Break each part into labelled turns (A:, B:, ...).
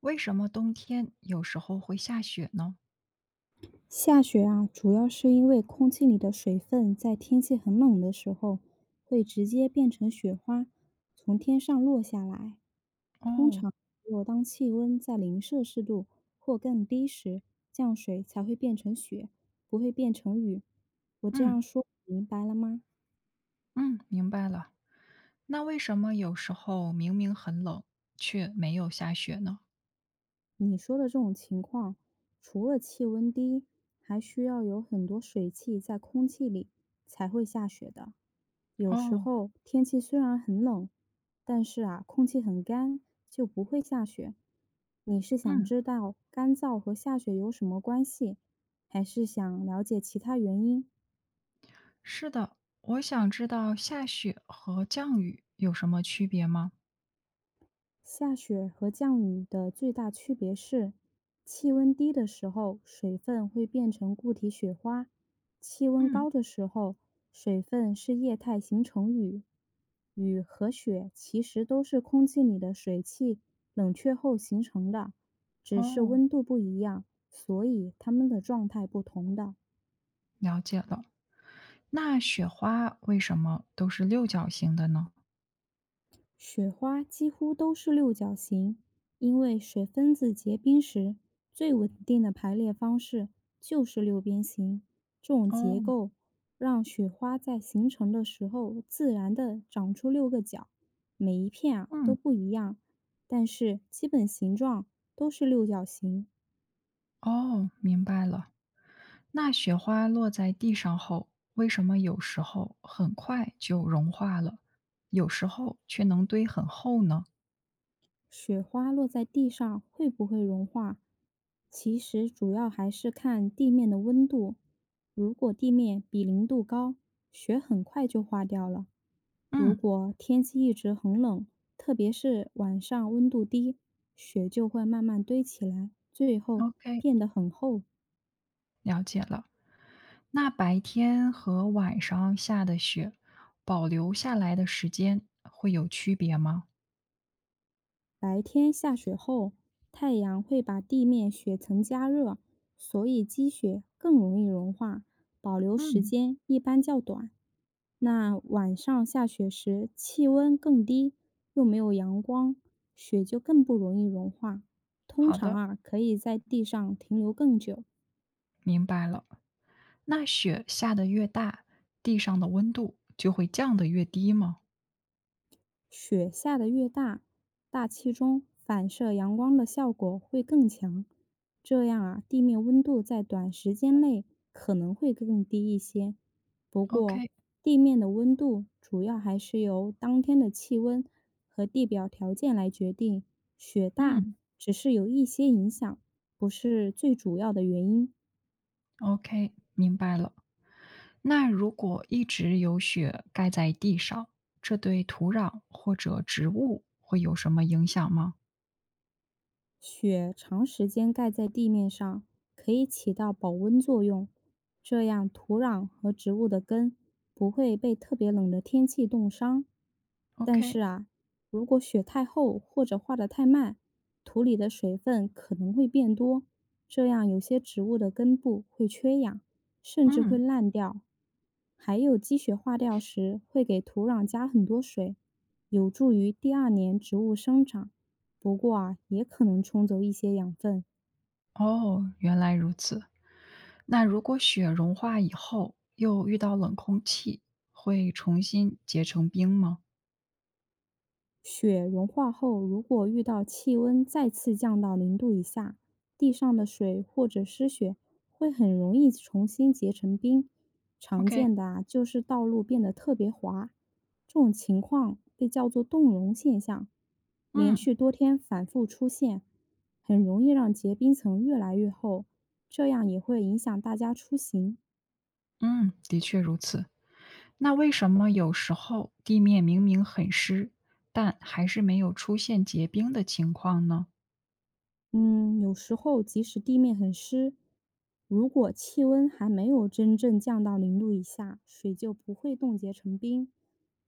A: 为什么冬天有时候会下雪呢？
B: 下雪啊，主要是因为空气里的水分在天气很冷的时候，会直接变成雪花，从天上落下来。通
A: 哦，
B: 常只有当气温在零摄氏度或更低时，降水才会变成雪，不会变成雨。我这
A: 嗯
B: 样说，明白了吗？
A: 嗯，明白了。那为什么有时候明明很冷，却没有下雪呢？
B: 你说的这种情况，除了气温低，还需要有很多水汽在空气里才会下雪的。有时
A: 哦，
B: 候天气虽然很冷，但是啊，空气很干，就不会下雪。你是想
A: 嗯，
B: 知道干燥和下雪有什么关系，还是想了解其他原因？
A: 是的。我想知道下雪和降雨有什么区别吗？
B: 下雪和降雨的最大区别是，气温低的时候，水分会变成固体雪花；气温
A: 嗯，
B: 高的时候，水分是液态形成雨。雨和雪其实都是空气里的水汽冷却后形成的，只是
A: 哦，
B: 温度不一样，所以它们的状态不同的。
A: 了解了。那雪花为什么都是六角形的呢？
B: 雪花几乎都是六角形，因为水分子结冰时，最稳定的排列方式就是六边形。这种结
A: 哦，
B: 构让雪花在形成的时候自然地长出六个角，每一片啊都
A: 嗯，
B: 不一样，但是基本形状都是六角形。
A: 哦，明白了。那雪花落在地上后，为什么有时候很快就融化了，有时候却能堆很厚呢？
B: 雪花落在地上会不会融化，其实主要还是看地面的温度。如果地面比零度高，雪很快就化掉了。如
A: 嗯
B: 果天气一直很冷，特别是晚上温度低，雪就会慢慢堆起来，最后
A: ，OK，
B: 变得很厚。
A: 了解了。那白天和晚上下的雪，保留下来的时间会有区别吗？
B: 白天下雪后，太阳会把地面雪层加热，所以积雪更容易融化，保留时
A: 嗯，
B: 间一般较短。那晚上下雪时，气温更低，又没有阳光，雪就更不容易融化。通
A: 好
B: 常
A: 的，
B: 啊，可以在地上停留更久。
A: 明白了。那雪下得越大，地上的温度就会降得越低吗
B: 雪下得越大，大气中反射阳光的效果会更强，这样啊，地面温度在短时间内可能会更低一些。不过，
A: ？OK，
B: 地面的温度主要还是由当天的气温和地表条件来决定，雪大
A: 嗯
B: 只是有一些影响，不是最主要的原因。
A: ，OK，明白了。那如果一直有雪盖在地上，这对土壤或者植物会有什么影响吗
B: 雪长时间盖在地面上，可以起到保温作用，这样土壤和植物的根不会被特别冷的天气冻伤。但是
A: ？OK，
B: 啊，如果雪太厚或者化得太慢，土里的水分可能会变多，这样有些植物的根部会缺氧，甚至会
A: 嗯，
B: 烂掉。还有积雪化掉时会给土壤加很多水，有助于第二年植物生长。不过啊，也可能冲走一些养分。
A: 哦，原来如此。那如果雪融化以后又遇到冷空气，会重新结成冰吗
B: 雪融化后，如果遇到气温再次降到零度以下，地上的水或者湿雪会很容易重新结成冰。常
A: ？OK，
B: 见的啊，就是道路变得特别滑，这种情况被叫做冻融现象，连
A: 嗯
B: 续多天反复出现，很容易让结冰层越来越厚，这样也会影响大家出行。
A: 嗯，的确如此。那为什么有时候地面明明很湿，但还是没有出现结冰的情况呢
B: 嗯，有时候即使地面很湿，如果气温还没有真正降到零度以下，水就不会冻结成冰。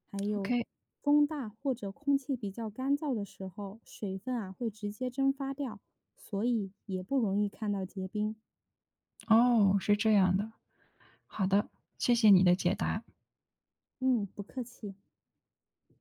B: 还有，
A: ？OK，
B: 风大或者空气比较干燥的时候，水分啊会直接蒸发掉，所以也不容易看到结冰。
A: 哦，是这样的。好的，谢谢你的解答。
B: 嗯，不客气。